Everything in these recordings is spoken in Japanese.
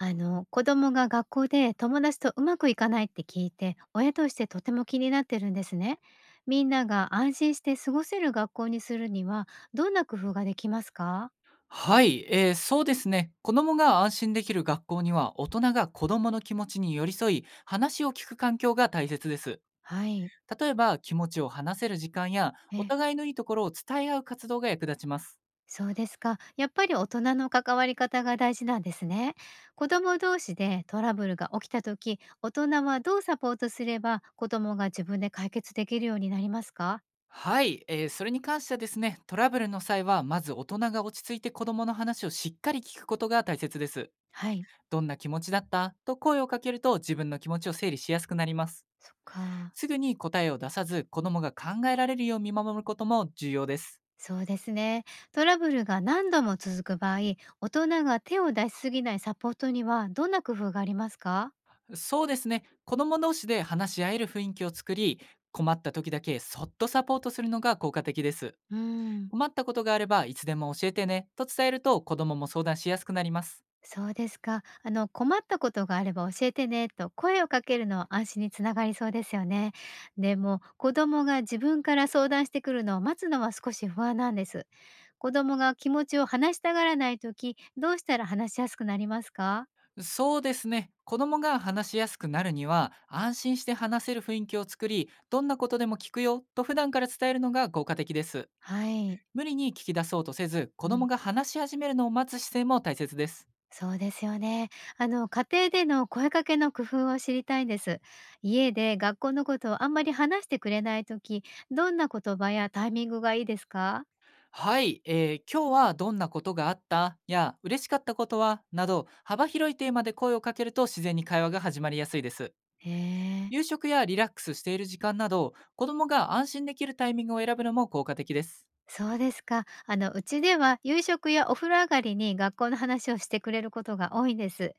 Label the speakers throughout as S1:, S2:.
S1: 子供が学校で友達とうまくいかないって聞いて、親としてとても気になってるんですね。みんなが安心して過ごせる学校にするには、どんな工夫ができますか？
S2: はい、そうですね。子供が安心できる学校には、大人が子供の気持ちに寄り添い、話を聞く環境が大切です。
S1: はい。
S2: 例えば、気持ちを話せる時間や、お
S1: え、
S2: 互いのいいところを伝え合う活動が役立ちます。
S1: そうですか。やっぱり大人の関わり方が大事なんですね。子供同士でトラブルが起きた時、大人はどうサポートすれば子供が自分で解決できるようになりますか？
S2: はい、それに関してはですね、トラブルの際は、まず大人が落ち着いて子供の話をしっかり聞くことが大切です。
S1: はい。
S2: どんな気持ちだったと声をかけると、自分の気持ちを整理しやすくなります。
S1: そっか。
S2: すぐに答えを出さず、子供が考えられるよう見守ることも重要です。
S1: そうですね。トラブルが何度も続く場合、大人が手を出しすぎないサポートにはどんな工夫がありますか？
S2: そうですね。子供同士で話し合える雰囲気を作り、困った時だけそっとサポートするのが効果的です。
S1: うん、
S2: 困ったことがあればいつでも教えてねと伝えると、子供も相談しやすくなります。
S1: そうですか。困ったことがあれば教えてねと声をかけるのは安心につながりそうですよね。でも、子供が自分から相談してくるのを待つのは少し不安なんです。子供が気持ちを話したがらないとき、どうしたら話しやすくなりますか？
S2: そうですね。子供が話しやすくなるには、安心して話せる雰囲気を作り、どんなことでも聞くよと普段から伝えるのが効果的です。
S1: はい。
S2: 無理に聞き出そうとせず、子
S1: う
S2: 供
S1: ん、
S2: が話し始めるのを待つ姿勢も大切です。
S1: そうですよね。家庭での声かけの工夫を知りたいんです。家で学校のことをあんまり話してくれないとき、どんな言葉やタイミングがいいですか？
S2: はい、今日はどんなことがあったや嬉しかったことはなど、幅広いテーマで声をかけると、自然に会話が始まりやすいです。
S1: へえ、
S2: 夕食やリラックスしている時間など、子どもが安心できるタイミングを選ぶのも効果的です。
S1: そうですか。うちでは夕食やお風呂上がりに学校の話をしてくれることが多いんです。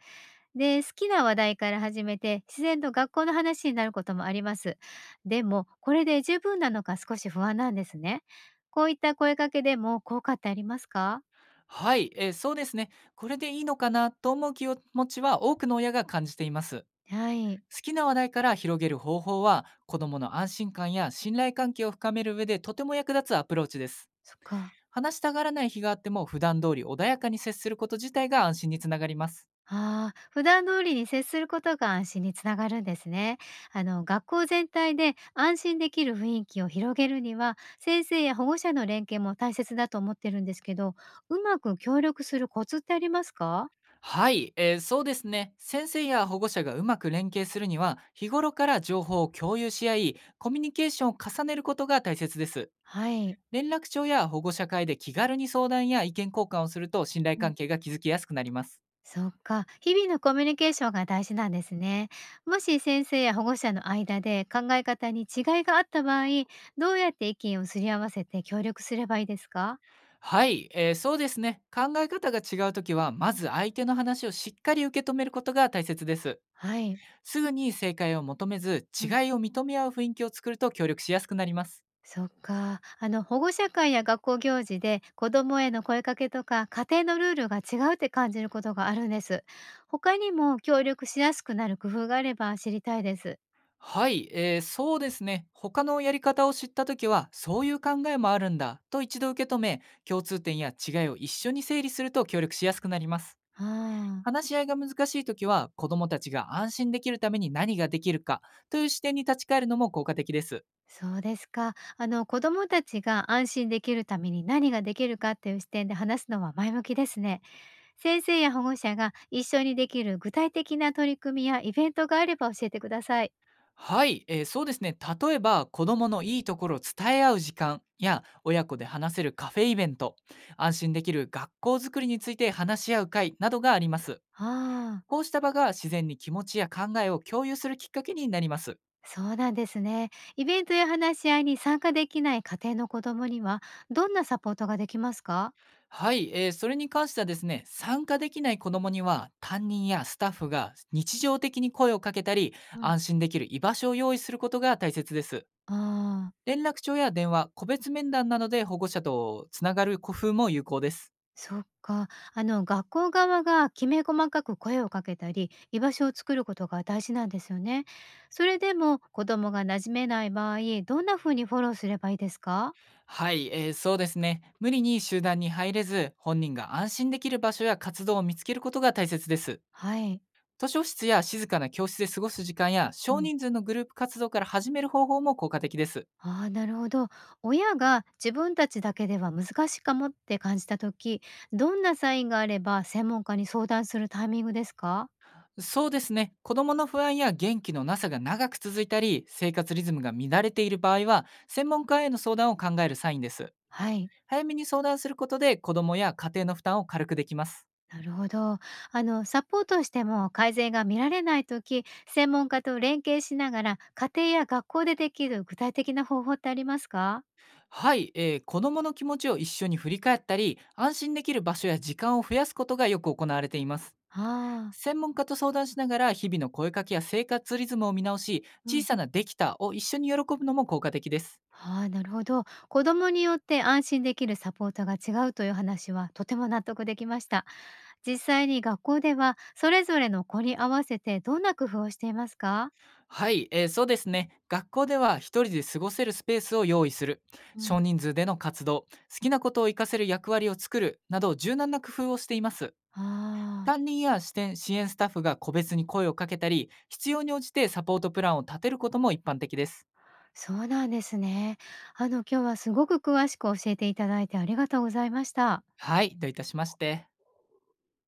S1: で、好きな話題から始めて、自然と学校の話になることもあります。でも、これで十分なのか少し不安なんですね。こういった声かけでも効果ってありますか？
S2: はい、そうですね。これでいいのかなと思う気持ちは、多くの親が感じています。
S1: はい。
S2: 好きな話題から広げる方法は、子どもの安心感や信頼関係を深める上でとても役立つアプローチです。
S1: そっか。
S2: 話したがらない日があっても、普段通り穏やかに接すること自体が安心につながります。
S1: ああ、普段通りに接することが安心につながるんですね。学校全体で安心できる雰囲気を広げるには、先生や保護者の連携も大切だと思ってるんですけど、うまく協力するコツってありますか？
S2: はい、そうですね。先生や保護者がうまく連携するには、日頃から情報を共有し合い、コミュニケーションを重ねることが大切です。
S1: はい。
S2: 連絡帳や保護者会で気軽に相談や意見交換をすると、信頼
S1: う
S2: 関
S1: ん。
S2: 係が築きやすくなります。
S1: そっか。日々のコミュニケーションが大事なんですね。もし先生や保護者の間で考え方に違いがあった場合、どうやって意見をすり合わせて協力すればいいですか？
S2: はい、そうですね。考え方が違うときは、まず相手の話をしっかり受け止めることが大切です。
S1: はい。
S2: すぐに正解を求めず、違
S1: うん、
S2: いを認め合う雰囲気を作ると、協力しやすくなります。
S1: そっか。あの、保護者会や学校行事で子どもへの声かけとか家庭のルールが違うって感じることがあるんです。他にも協力しやすくなる工夫があれば知りたいです。
S2: はい、そうですね。他のやり方を知ったときは、そういう考えもあるんだと一度受け止め、共通点や違いを一緒に整理すると協力しやすくなります。
S1: ああ、
S2: 話し合いが難しいときは、子どもたちが安心できるために何ができるかという視点に立ち返るのも効果的です。
S1: そうですか。あの、子どもたちが安心できるために何ができるかっていう視点で話すのは前向きですね。先生や保護者が一緒にできる具体的な取り組みやイベントがあれば教えてください。
S2: はい、そうですね。例えば、子どものいいところを伝え合う時間や、親子で話せるカフェイベント、安心できる学校づくりについて話し合う会などがあります。
S1: ああ。
S2: こうした場が、自然に気持ちや考えを共有するきっかけになります。
S1: そうなんですね。イベントや話し合いに参加できない家庭の子供には、どんなサポートができますか？
S2: はい、それに関してはですね、参加できない子どもには、担任やスタッフが日常的に声をかけたり、
S1: うん、
S2: 安心できる居場所を用意することが大切です。
S1: ああ、
S2: 連絡帳や電話、個別面談などで保護者とつながる工夫も有効です。
S1: そっか。学校側がきめ細かく声をかけたり、居場所を作ることが大事なんですよね。それでも子供が馴染めない場合、どんな風にフォローすればいいですか？
S2: はい、そうですね。無理に集団に入れず、本人が安心できる場所や活動を見つけることが大切です。
S1: はい。
S2: 図書室や静かな教室で過ごす時間や、
S1: う
S2: 少
S1: ん、
S2: 人数のグループ活動から始める方法も効果的です。
S1: ああ、なるほど。親が自分たちだけでは難しいかもって感じた時、どんなサインがあれば専門家に相談するタイミングですか？
S2: そうですね。子供の不安や元気のなさが長く続いたり、生活リズムが乱れている場合は、専門家への相談を考えるサインです。
S1: はい、
S2: 早めに相談することで、子供や家庭の負担を軽くできます。
S1: なるほど。サポートしても改善が見られないとき、専門家と連携しながら、家庭や学校でできる具体的な方法ってありますか？
S2: はい、子供の気持ちを一緒に振り返ったり、安心できる場所や時間を増やすことがよく行われています。
S1: ああ、
S2: 専門家と相談しながら、日々の声かけや生活リズムを見直し、
S1: う
S2: 小
S1: ん。
S2: さなできたを一緒に喜ぶのも効果的です。
S1: ああ、なるほど。子供によって安心できるサポートが違うという話はとても納得できました。実際に学校では、それぞれの子に合わせてどんな工夫をしていますか？
S2: はい、そうですね。学校では一人で過ごせるスペースを用意する、
S1: う
S2: 少
S1: ん。
S2: 人数での活動、好きなことを活かせる役割を作るなど、柔軟な工夫をしています。
S1: ああ、
S2: 担任や支店支援スタッフが個別に声をかけたり、必要に応じてサポートプランを立てることも一般的です。
S1: そうなんですね。今日はすごく詳しく教えていただいてありがとうございました。
S2: はい、どういたしまして。